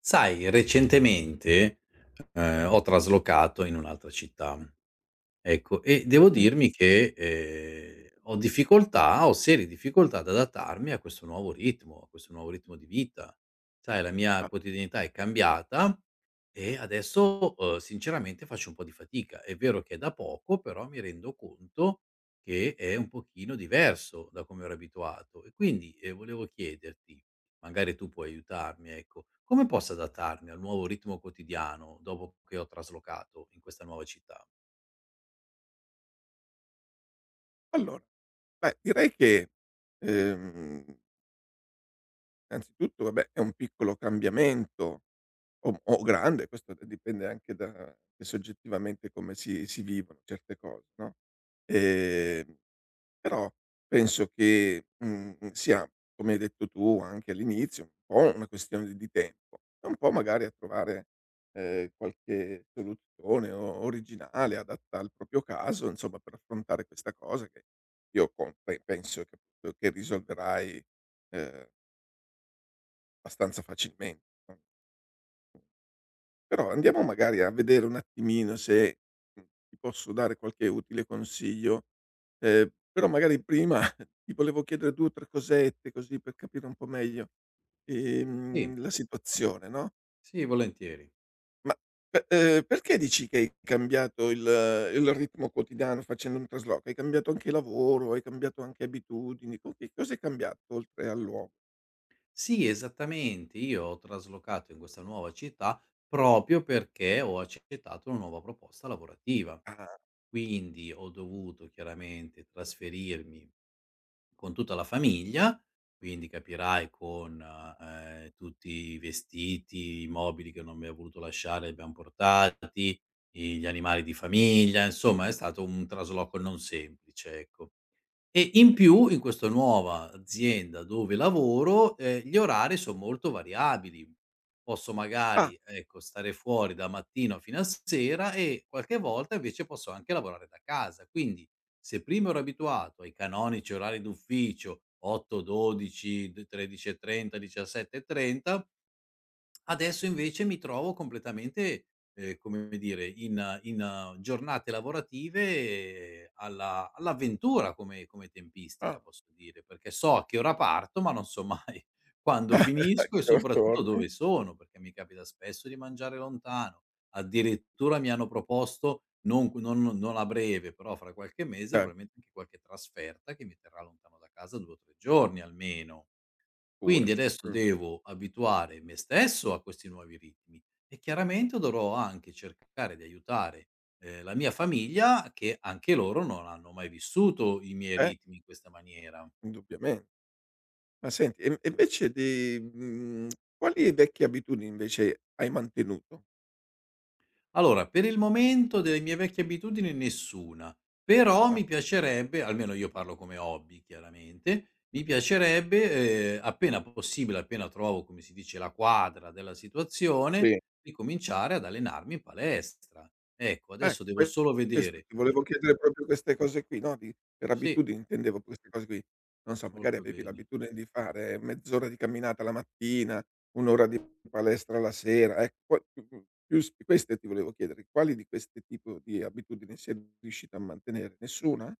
Sai, recentemente, ho traslocato in un'altra città. Ecco, e devo Mh. dirmi che, ho difficoltà, ho serie difficoltà ad adattarmi a questo nuovo ritmo, a questo nuovo ritmo di vita. Sai, la mia Ah, quotidianità è cambiata e adesso, sinceramente faccio un po' di fatica. È vero che è da poco, però mi rendo conto che è un pochino diverso da come ero abituato. E quindi, volevo chiederti, magari tu puoi aiutarmi, ecco, come posso adattarmi al nuovo ritmo quotidiano dopo che ho traslocato in questa nuova città? allora, beh, direi che, ehm, innanzitutto vabbè è un piccolo cambiamento o grande, questo d dipende anche da soggettivamente come si vivono certe cose, no, ehm però penso che, sia, come hai detto tu anche all'inizio, un po' una questione di tempo e un po' magari a trovare, qualche soluzione o originale, adatta al proprio caso, insomma, per affrontare questa cosa che io con pe penso che risolverai, ehm, abbastanza facilmente, no? Però andiamo magari a vedere un attimino se, ti posso dare qualche utile consiglio, però magari prima ti volevo chiedere 2 o 3 cosette così per capire un po' meglio, Sì. La situazione, no. Sì, volentieri. Ma pe perché dici che hai cambiato il ritmo quotidiano facendo un trasloco? Hai cambiato anche lavoro, hai cambiato anche abitudini, co che cosa hai cambiato oltre al luogo? Sì, esattamente. Io ho traslocato in questa nuova città proprio perché ho accettato una nuova proposta lavorativa. Ah. Quindi ho dovuto chiaramente trasferirmi con tutta la famiglia, quindi capirai con tutti i vestiti, i mobili che non mi ha voluto lasciare, li abbiamo portati, gli animali di famiglia, insomma è stato un trasloco non semplice, ecco. E in più, in questa nuova azienda dove lavoro, gli orari son molto variabili. Posso Ah. magari, ecco, stare fuori da mattino fino a sera e qualche volta invece posso anche lavorare da casa. Quindi, se prima ero abituato ai canonici orari d'ufficio 8-12, d 13:30, 17:30. Adesso invece mi trovo completamente, come dire, in giornate lavorative alla all'avventura come tempistica, Ah, posso dire, perché so a che ora parto, ma non so mai quando finisco e che ora soprattutto dove torni? sono, perché mi capita spesso di mangiare lontano. Addirittura mi hanno proposto non q non non a breve, però fra qualche mese Eh, probabilmente anche qualche trasferta che mi terrà lontano da casa 2 o 3 giorni almeno. Quindi pure. adesso Mh. devo abituare me stesso a questi nuovi ritmi e chiaramente dovrò anche cercare di aiutare, la mia famiglia che anche loro non hanno mai vissuto i miei Eh, ritmi in questa maniera. indubbiamen ma senti, e invece di quali vecchie abitudini invece hai mantenuto? Allora, per il momento delle mie vecchie abitudini nessuna, però Ah. mi piacerebbe, almeno io parlo come hobby chiaramente, mi piacerebbe, appena possibile, appena trovo, come si dice, la quadra della situazione, Sì. ricominciare ad allenarmi in palestra. Ecco, Ecco, adesso devo solo questo vedere ti i… volevo chiedere, proprio queste cose qui, no, di per Sì, abitudini intendevo queste cose qui. Non so, magari molto avevi bene. l'abitudine di fare mezz'ora di camminata la mattina, 1 ora di palestra la sera, ecco, qua più s queste ti volevo chiedere, quali di queste tipo di abitudini sei riuscita a mantenere? Nessuna?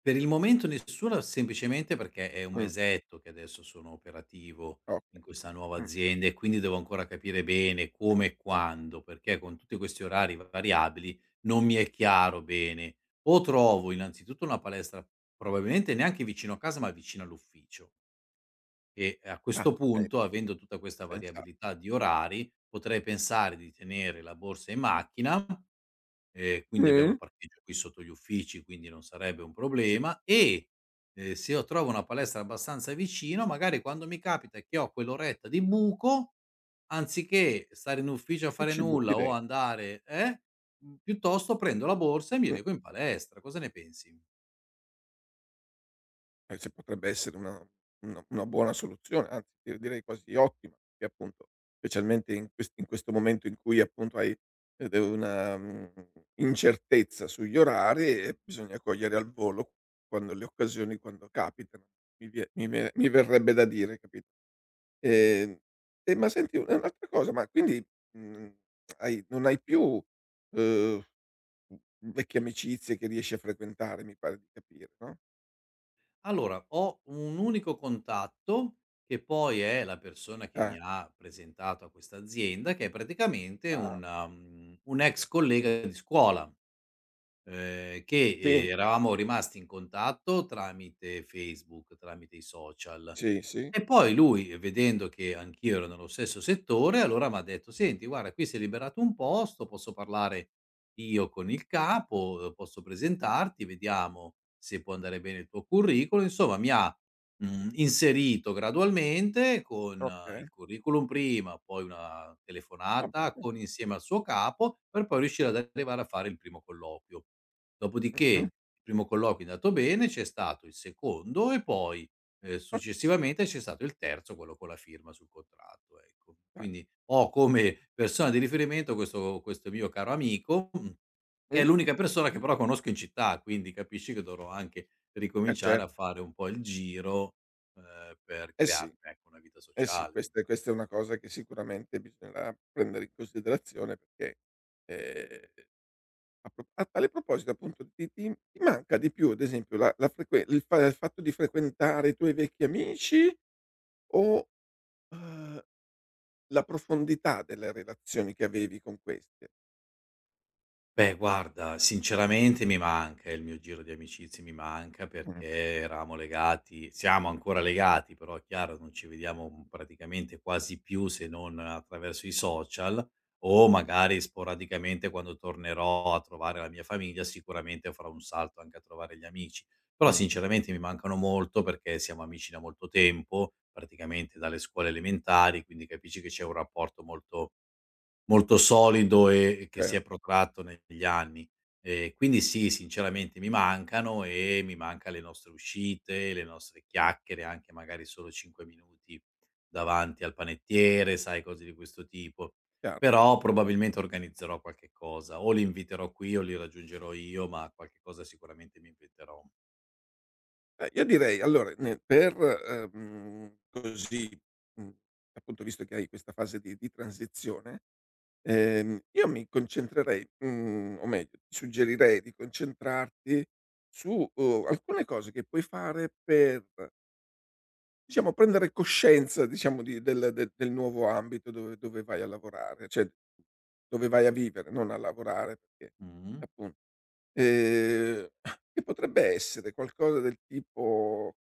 Per il momento nessuna, semplicemente perché è un Mh, mesetto che adesso sono operativo in okay. questa nuova Mh. azienda e quindi devo ancora capire bene come e quando, perché con tutti questi orari variabili non mi è chiaro bene. O trovo innanzitutto una palestra, probabilmente neanche vicino a casa, ma vicino all'ufficio. E a Ah, questo okay, punto, avendo tutta questa sensa variabilità di orari, potrei pensare di tenere la borsa in macchina. Quindi abbiamo mh, il parcheggio qui sotto gli uffici, quindi non sarebbe un problema e, se io trovo una palestra abbastanza vicino, magari quando mi capita che ho quell'oretta di buco, anziché stare in ufficio a ti fare ci butti nulla de o andare piuttosto prendo la borsa e mi mh. reco in palestra. Cosa ne pensi? Se potrebbe essere una buona soluzione, anzi io direi quasi ottima, perché appunto specialmente in ques in questo momento in cui appunto hai, de una, incertezza sugli orari e bisogna cogliere al volo quando le occasioni quando capitano, mi vie mi ve mi verrebbe da dire, capito? Ehm, e ma senti un un'altra cosa, ma quindi, mhmm, hai non hai più, uhm, vecchie amicizie che riesci a frequentare, mi pare di capire, no? Allora, ho un unico contatto, che poi è la persona che mi Ah. ha presentato a questa azienda, che è praticamente Ah, un, un ex collega di scuola. Che, sì. eravamo rimasti in contatto tramite Facebook, tramite i social. Sì, sì, E poi lui, vedendo che anch'io ero nello stesso settore, allora m'ha detto: "Senti, guarda, qui si è liberato un posto, posso parlare io con il capo, posso presentarti, vediamo se può andare bene il tuo curriculum." Insomma mi ha, inserito gradualmente con okay, il curriculum prima, poi una va telefonata bene. con insieme al suo capo, per poi riuscire ad arrivare a fare il primo colloquio. Dopodiché Mh-mh. il primo colloquio è andato bene, c'è stato il secondo e poi, O successivamente c'è stato il terzo, quello con la firma sul contratto, ecco. dai. Quindi ho come persona di riferimento questo mio caro amico, mhmm, che è Mh, l'unica persona che però conosco in città, quindi capisci che dovrò anche ricominciare cer a fare un po' il giro, per eh sì, crearmi, ecco, una vita eh sì, sociale. questa è una cosa che sicuramente bisognerà prendere in considerazione perché, ehm, a tale proposito appunto ti manca di più, ad esempio, la la frequen il fa il fatto di frequentare i tuoi vecchi amici o, uhm, la profondità delle relazioni che avevi con questi? Beh, guarda, sinceramente mi manca il mio giro di amicizie, mi manca Mh. perché eravamo legati, siamo ancora legati, però è chiaro, non ci vediamo, praticamente quasi più se non attraverso i social o magari sporadicamente quando tornerò a trovare la mia famiglia, sicuramente farò un salto anche a trovare gli amici. Però Mh. sinceramente mi mancano molto perché siamo amici da molto tempo, praticamente dalle scuole elementari, quindi capisci che c'è un rapporto molto… molto solido e che si cer è protratto negli anni. Quindi sì, sinceramente mi mancano e mi manca le nostre uscite, le nostre chiacchiere, anche magari solo 5 minuti davanti al panettiere, sai, cose di questo tipo. chiaro. Però probabilmente organizzerò qualche cosa, o li inviterò qui o li raggiungerò io, ma qualche cosa sicuramente mi inventerò. Io direi allora ne per, così, mhmm, appunto visto che hai questa fase di transizione, io mi concentrerei, o meglio ti suggerirei di concentrarti su, alcune cose che puoi fare per, diciamo, prendere coscienza, diciamo, di del nuovo ambito dove vai a lavorare, cioè dove vai a vivere, non a lavorare, perché Mh-mh. appun ehm, che potrebbe essere qualcosa del tipo,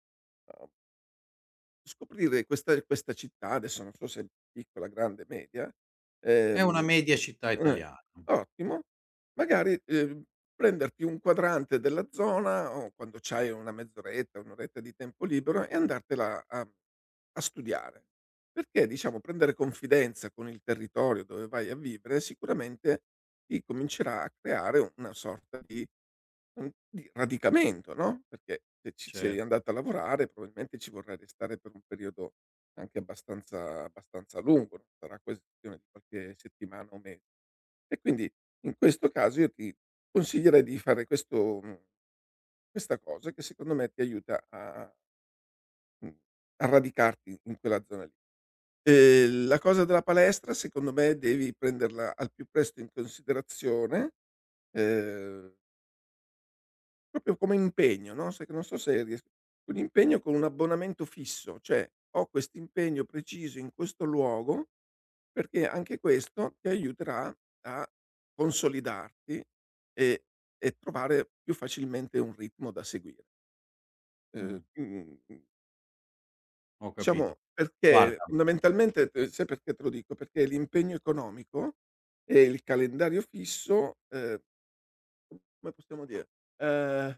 uhm scoprire questa città. Adesso non so se è piccola, grande, media, È una ehm media città eh, italiana, ottimo. Magari, prenderti un quadrante della zona o quando c'hai una mezz'oretta, 1 oretta di tempo libero, e andartela a studiare. Perché, diciamo, prendere confidenza con il territorio dove vai a vivere sicuramente ti comincerà a creare una sorta di di radicamento, no, perché se ci sei certo. andata a lavorare probabilmente ci vorrai restare per un periodo anche abbastanza lungo, non sarà questione di qualche settimana o mese. E quindi in questo caso io ti consiglierei di fare questa cosa che secondo me ti aiuta a mhmm, a radicarti in quella zona lì. La cosa della palestra secondo me devi prenderla al più presto in considerazione, ehm, proprio come impegno, no, sai? Che non so se ries un impegno con un abbonamento fisso, cioè: "Ho quest'impegno preciso in questo luogo." Perché anche questo ti aiuterà a consolidarti e e trovare più facilmente un ritmo da seguire. Mh, Ehm, mhmm, ho diciamo, capito. perché Guarda… fondamentalmente t sai perché te lo dico? Perché l'impegno economico e il calendario fisso, come possiamo dire, ehm,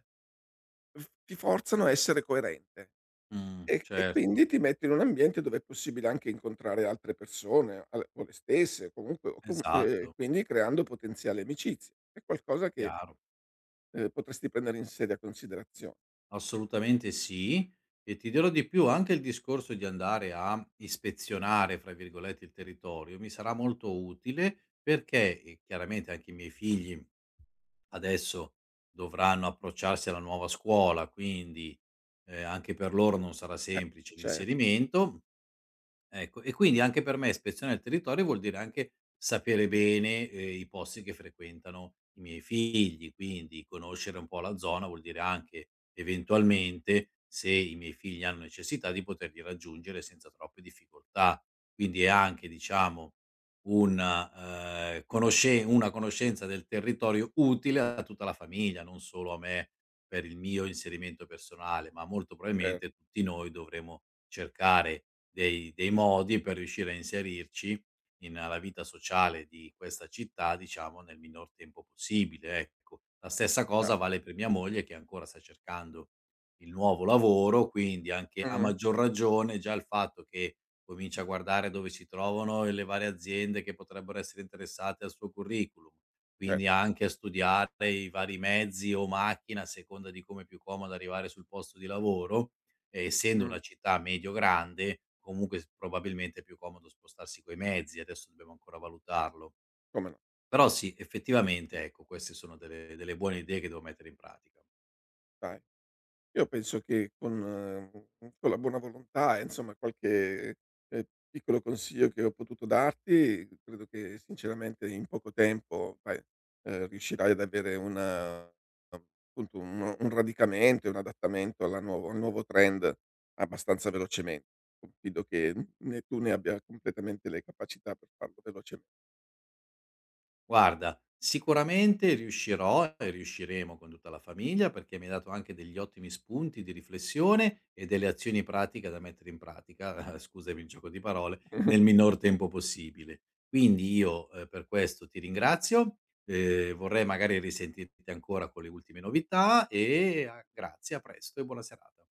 f ti forzano a essere coerente. E quindi certo, ti metti in un ambiente dove è possibile anche incontrare altre persone, al o le stesse, comunque, o com esatto. quindi creando potenziali amicizie. È qualcosa che, Chiaro, potresti prendere in seria considerazione. assolutamente sì. E ti dirò di più, anche il discorso di andare a "ispezionare" fra virgolette, il territorio mi sarà molto utile perché, chiaramente anche i miei figli adesso dovranno approcciarsi alla nuova scuola, quindi, anche per loro non sarà Eh, semplice cer l'inserimento. Ecco, e quindi anche per me ispezione del territorio vuol dire anche sapere bene, i posti che frequentano i miei figli, quindi conoscere un po' la zona vuol dire anche, eventualmente, se i miei figli hanno necessità, di poterli raggiungere senza troppe difficoltà. Quindi è anche, diciamo, un conosce una conoscenza del territorio utile a tutta la famiglia, non solo a me per il mio inserimento personale, ma molto cer probabilmente tutti noi dovremo cercare dei modi per riuscire a inserirci in alla vita sociale di questa città, diciamo, nel minor tempo possibile, ecco. La stessa chia cosa vale per mia moglie che ancora sta cercando il nuovo lavoro, quindi anche a mh, maggior ragione già il fatto che comincia a guardare dove si trovano e le varie aziende che potrebbero essere interessate al suo curriculum, cer quindi anche a studiare i vari mezzi o macchina a seconda di come è più comodo arrivare sul posto di lavoro, essendo mh, una città medio-grande, comunque s probabilmente è più comodo spostarsi coi mezzi, adesso dobbiamo ancora valutarlo. come no, Però sì, effettivamente ecco, queste sono delle buone idee che devo mettere in pratica. dai. Io penso che con con la buona volontà e insomma qualche, ehm, piccolo consiglio che ho potuto darti, credo che sinceramente in poco tempo, vai, riuscirai ad avere una appunto un radicamento e un adattamento alla nuovo al nuovo trend abbastanza velocemente. Confido che né tu né abbia completamente le capacità per farlo velocemen Guarda, sicuramente riuscirò e riusciremo con tutta la famiglia perché mi hai dato anche degli ottimi spunti di riflessione e delle azioni pratiche da mettere in pratica, scusami il gioco di parole, nel minor tempo possibile. Quindi io per questo ti ringrazio, vorrei magari risentirti ancora con le ultime novità e ah, grazie, a presto e buona serata.